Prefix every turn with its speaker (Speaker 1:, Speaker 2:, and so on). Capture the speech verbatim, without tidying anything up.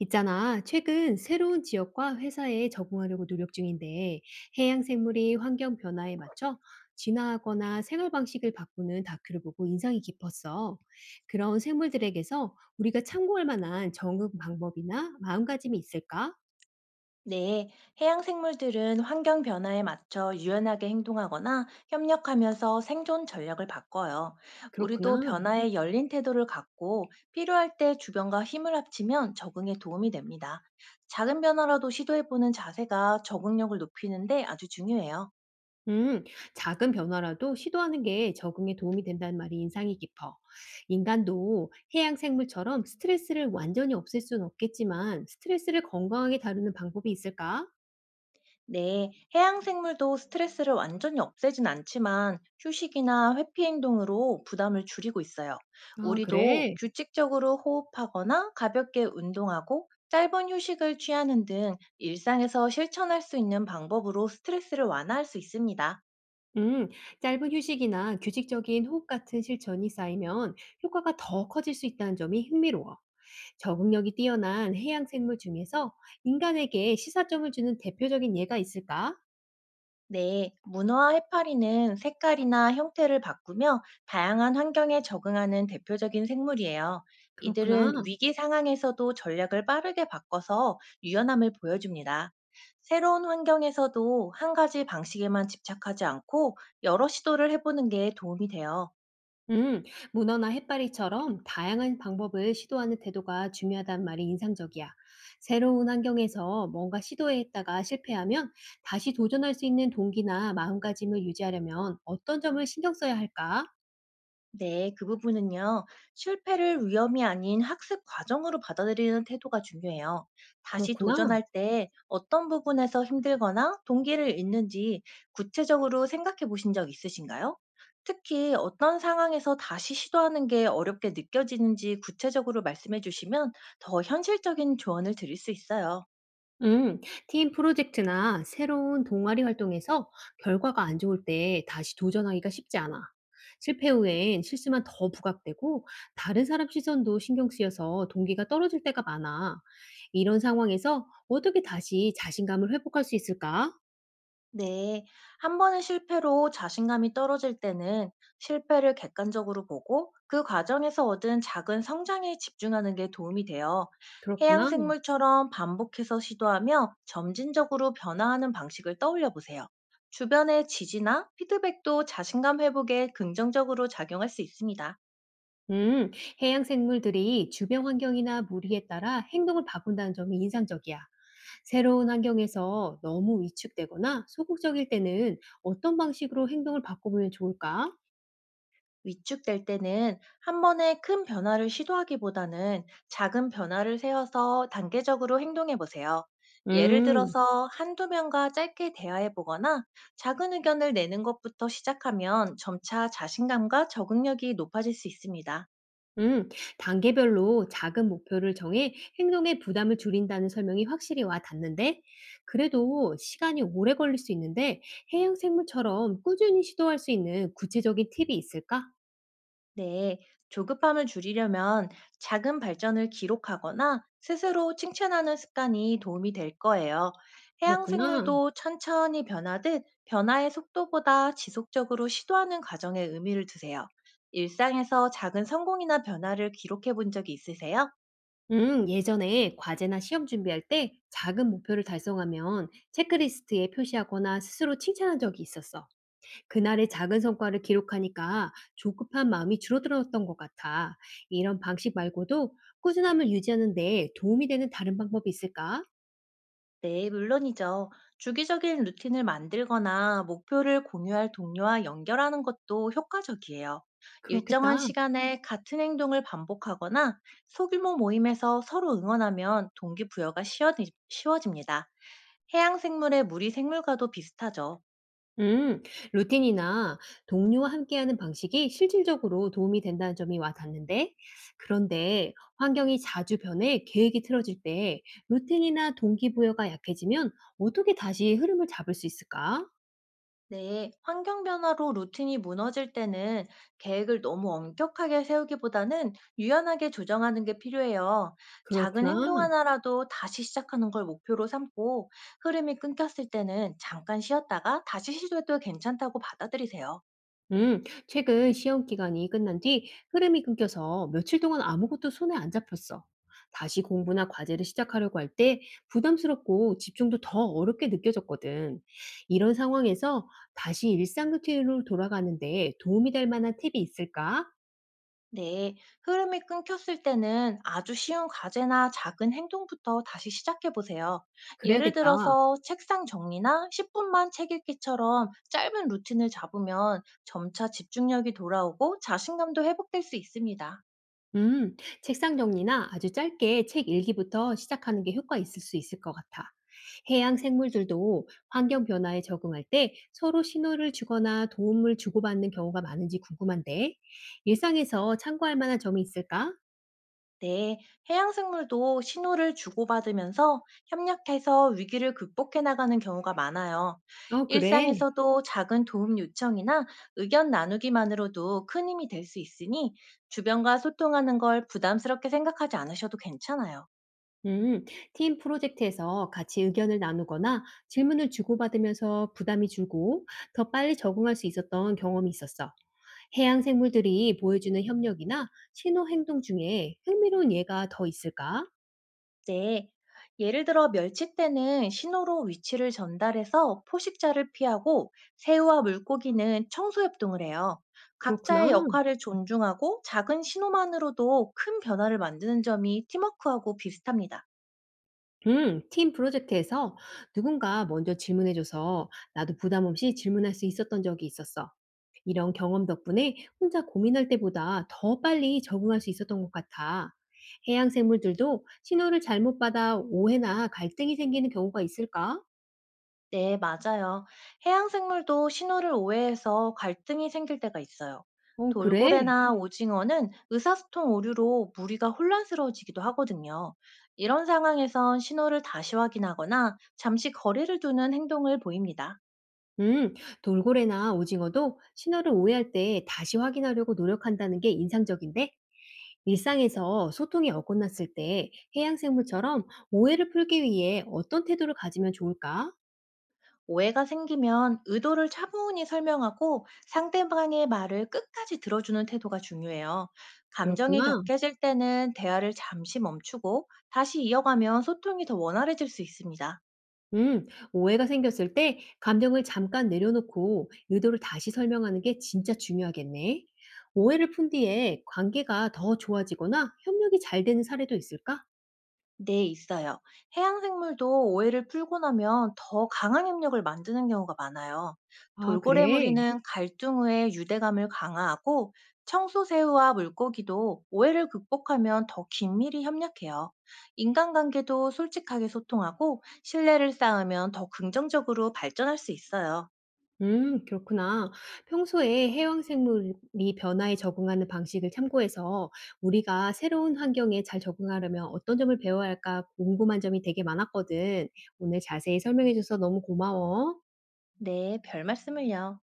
Speaker 1: 있잖아, 최근 새로운 지역과 회사에 적응하려고 노력 중인데 해양 생물이 환경 변화에 맞춰 진화하거나 생활 방식을 바꾸는 다큐를 보고 인상이 깊었어. 그런 생물들에게서 우리가 참고할 만한 적응 방법이나 마음가짐이 있을까?
Speaker 2: 네, 해양 생물들은 환경 변화에 맞춰 유연하게 행동하거나 협력하면서 생존 전략을 바꿔요. 우리도
Speaker 1: 그렇구나.
Speaker 2: 변화에 음, 열린 태도를 갖고 필요할 때 주변과 힘을 합치면 적응에 도움이 됩니다. 작은 변화라도 시도해보는 자세가 적응력을 높이는데 아주 중요해요.
Speaker 1: 음, 작은 변화라도 시도하는 게 적응에 도움이 된다는 말이 인상이 깊어. 인간도 해양 생물처럼 스트레스를 완전히 없앨 수는 없겠지만 스트레스를 건강하게 다루는 방법이 있을까?
Speaker 2: 네, 해양 생물도 스트레스를 완전히 없애진 않지만 휴식이나 회피 행동으로 부담을 줄이고 있어요.
Speaker 1: 아
Speaker 2: 우리도
Speaker 1: 그래?
Speaker 2: 규칙적으로 호흡하거나 가볍게 운동하고 짧은 휴식을 취하는 등 일상에서 실천할 수 있는 방법으로 스트레스를 완화할 수 있습니다.
Speaker 1: 음. 짧은 휴식이나 규칙적인 호흡 같은 실천이 쌓이면 효과가 더 커질 수 있다는 점이 흥미로워. 적응력이 뛰어난 해양 생물 중에서 인간에게 시사점을 주는 대표적인 예가 있을까?
Speaker 2: 네, 문어와 해파리는 색깔이나 형태를 바꾸며 다양한 환경에 적응하는 대표적인 생물이에요. 이들은
Speaker 1: 그렇구나.
Speaker 2: 위기 상황에서도 전략을 빠르게 바꿔서 유연함을 보여줍니다. 새로운 환경에서도 한 가지 방식에만 집착하지 않고 여러 시도를 해보는 게 도움이 돼요.
Speaker 1: 음, 문어나 해파리처럼 다양한 방법을 시도하는 태도가 중요하단 말이 인상적이야. 새로운 환경에서 뭔가 시도했다가 실패하면 다시 도전할 수 있는 동기나 마음가짐을 유지하려면 어떤 점을 신경 써야 할까?
Speaker 2: 네, 그 부분은요. 실패를 위험이 아닌 학습 과정으로 받아들이는 태도가 중요해요. 다시
Speaker 1: 그렇구나.
Speaker 2: 도전할 때 어떤 부분에서 힘들거나 동기를 잃는지 구체적으로 생각해 보신 적 있으신가요? 특히 어떤 상황에서 다시 시도하는 게 어렵게 느껴지는지 구체적으로 말씀해 주시면 더 현실적인 조언을 드릴 수 있어요.
Speaker 1: 음, 팀 프로젝트나 새로운 동아리 활동에서 결과가 안 좋을 때 다시 도전하기가 쉽지 않아. 실패 후엔 실수만 더 부각되고 다른 사람 시선도 신경 쓰여서 동기가 떨어질 때가 많아. 이런 상황에서 어떻게 다시 자신감을 회복할 수 있을까?
Speaker 2: 네, 한 번의 실패로 자신감이 떨어질 때는 실패를 객관적으로 보고 그 과정에서 얻은 작은 성장에 집중하는 게 도움이 돼요. 해양
Speaker 1: 그렇구나.
Speaker 2: 생물처럼 반복해서 시도하며 점진적으로 변화하는 방식을 떠올려 보세요. 주변의 지지나 피드백도 자신감 회복에 긍정적으로 작용할 수 있습니다.
Speaker 1: 음, 해양 생물들이 주변 환경이나 무리에 따라 행동을 바꾼다는 점이 인상적이야. 새로운 환경에서 너무 위축되거나 소극적일 때는 어떤 방식으로 행동을 바꿔보면 좋을까?
Speaker 2: 위축될 때는 한 번에 큰 변화를 시도하기보다는 작은 변화를 세워서 단계적으로 행동해 보세요. 예를
Speaker 1: 음,
Speaker 2: 들어서 한두 명과 짧게 대화해 보거나 작은 의견을 내는 것부터 시작하면 점차 자신감과 적응력이 높아질 수 있습니다.
Speaker 1: 음, 단계별로 작은 목표를 정해 행동에 부담을 줄인다는 설명이 확실히 와 닿는데, 그래도 시간이 오래 걸릴 수 있는데, 해양 생물처럼 꾸준히 시도할 수 있는 구체적인 팁이 있을까?
Speaker 2: 네, 조급함을 줄이려면 작은 발전을 기록하거나 스스로 칭찬하는 습관이 도움이 될 거예요. 해양
Speaker 1: 그렇구나.
Speaker 2: 생물도 천천히 변하듯 변화의 속도보다 지속적으로 시도하는 과정에 의미를 두세요. 일상에서 작은 성공이나 변화를 기록해 본 적이 있으세요?
Speaker 1: 음, 예전에 과제나 시험 준비할 때 작은 목표를 달성하면 체크리스트에 표시하거나 스스로 칭찬한 적이 있었어. 그날의 작은 성과를 기록하니까 조급한 마음이 줄어들었던 것 같아. 이런 방식 말고도 꾸준함을 유지하는 데 도움이 되는 다른 방법이 있을까?
Speaker 2: 네, 물론이죠. 주기적인 루틴을 만들거나 목표를 공유할 동료와 연결하는 것도 효과적이에요. 일정한
Speaker 1: 그렇겠다.
Speaker 2: 시간에 같은 행동을 반복하거나 소규모 모임에서 서로 응원하면 동기부여가 쉬워지- 쉬워집니다. 해양생물의 무리생물과도 비슷하죠.
Speaker 1: 음, 루틴이나 동료와 함께하는 방식이 실질적으로 도움이 된다는 점이 와 닿는데, 그런데 환경이 자주 변해 계획이 틀어질 때 루틴이나 동기부여가 약해지면 어떻게 다시 흐름을 잡을 수 있을까?
Speaker 2: 네, 환경 변화로 루틴이 무너질 때는 계획을 너무 엄격하게 세우기보다는 유연하게 조정하는 게 필요해요. 작은
Speaker 1: 그렇구나.
Speaker 2: 행동 하나라도 다시 시작하는 걸 목표로 삼고 흐름이 끊겼을 때는 잠깐 쉬었다가 다시 시도해도 괜찮다고 받아들이세요.
Speaker 1: 음, 최근 시험 기간이 끝난 뒤 흐름이 끊겨서 며칠 동안 아무것도 손에 안 잡혔어. 다시 공부나 과제를 시작하려고 할 때 부담스럽고 집중도 더 어렵게 느껴졌거든. 이런 상황에서 다시 일상 루틴으로 돌아가는데 도움이 될 만한 팁이 있을까?
Speaker 2: 네, 흐름이 끊겼을 때는 아주 쉬운 과제나 작은 행동부터 다시 시작해 보세요. 예를
Speaker 1: 그래야겠다.
Speaker 2: 들어서 책상 정리나 십 분만 책 읽기처럼 짧은 루틴을 잡으면 점차 집중력이 돌아오고 자신감도 회복될 수 있습니다.
Speaker 1: 음, 책상 정리나 아주 짧게 책 일기부터 시작하는 게 효과 있을 수 있을 것 같아. 해양 생물들도 환경 변화에 적응할 때 서로 신호를 주거나 도움을 주고받는 경우가 많은지 궁금한데, 일상에서 참고할 만한 점이 있을까?
Speaker 2: 네, 해양생물도 신호를 주고받으면서 협력해서 위기를 극복해 나가는 경우가 많아요.
Speaker 1: 어, 그래.
Speaker 2: 일상에서도 작은 도움 요청이나 의견 나누기만으로도 큰 힘이 될 수 있으니 주변과 소통하는 걸 부담스럽게 생각하지 않으셔도 괜찮아요.
Speaker 1: 음, 팀 프로젝트에서 같이 의견을 나누거나 질문을 주고받으면서 부담이 줄고 더 빨리 적응할 수 있었던 경험이 있었어. 해양 생물들이 보여주는 협력이나 신호 행동 중에 흥미로운 예가 더 있을까?
Speaker 2: 네. 예를 들어 멸치떼는 신호로 위치를 전달해서 포식자를 피하고 새우와 물고기는 청소협동을 해요.
Speaker 1: 그렇구나.
Speaker 2: 각자의 역할을 존중하고 작은 신호만으로도 큰 변화를 만드는 점이 팀워크하고 비슷합니다.
Speaker 1: 음, 팀 프로젝트에서 누군가 먼저 질문해줘서 나도 부담 없이 질문할 수 있었던 적이 있었어. 이런 경험 덕분에 혼자 고민할 때보다 더 빨리 적응할 수 있었던 것 같아. 해양 생물들도 신호를 잘못 받아 오해나 갈등이 생기는 경우가 있을까?
Speaker 2: 네, 맞아요. 해양생물도 신호를 오해해서 갈등이 생길 때가 있어요.
Speaker 1: 어, 그래.
Speaker 2: 돌고래나 음. 오징어는 의사소통 오류로 무리가 혼란스러워지기도 하거든요. 이런 상황에선 신호를 다시 확인하거나 잠시 거리를 두는 행동을 보입니다.
Speaker 1: 음, 돌고래나 오징어도 신호를 오해할 때 다시 확인하려고 노력한다는 게 인상적인데, 일상에서 소통이 어긋났을 때 해양생물처럼 오해를 풀기 위해 어떤 태도를 가지면 좋을까?
Speaker 2: 오해가 생기면 의도를 차분히 설명하고 상대방의 말을 끝까지 들어주는 태도가 중요해요. 감정이
Speaker 1: 그렇구나.
Speaker 2: 격해질 때는 대화를 잠시 멈추고 다시 이어가면 소통이 더 원활해질 수 있습니다.
Speaker 1: 음, 오해가 생겼을 때 감정을 잠깐 내려놓고 의도를 다시 설명하는 게 진짜 중요하겠네. 오해를 푼 뒤에 관계가 더 좋아지거나 협력이 잘 되는 사례도 있을까?
Speaker 2: 네, 있어요. 해양 생물도 오해를 풀고 나면 더 강한 협력을 만드는 경우가 많아요.
Speaker 1: 아, 그래.
Speaker 2: 돌고래무리는 갈등 후에 유대감을 강화하고 청소새우와 물고기도 오해를 극복하면 더 긴밀히 협력해요. 인간관계도 솔직하게 소통하고 신뢰를 쌓으면 더 긍정적으로 발전할 수 있어요.
Speaker 1: 음, 그렇구나. 평소에 해양 생물이 변화에 적응하는 방식을 참고해서 우리가 새로운 환경에 잘 적응하려면 어떤 점을 배워야 할까 궁금한 점이 되게 많았거든. 오늘 자세히 설명해줘서 너무 고마워.
Speaker 2: 네, 별 말씀을요.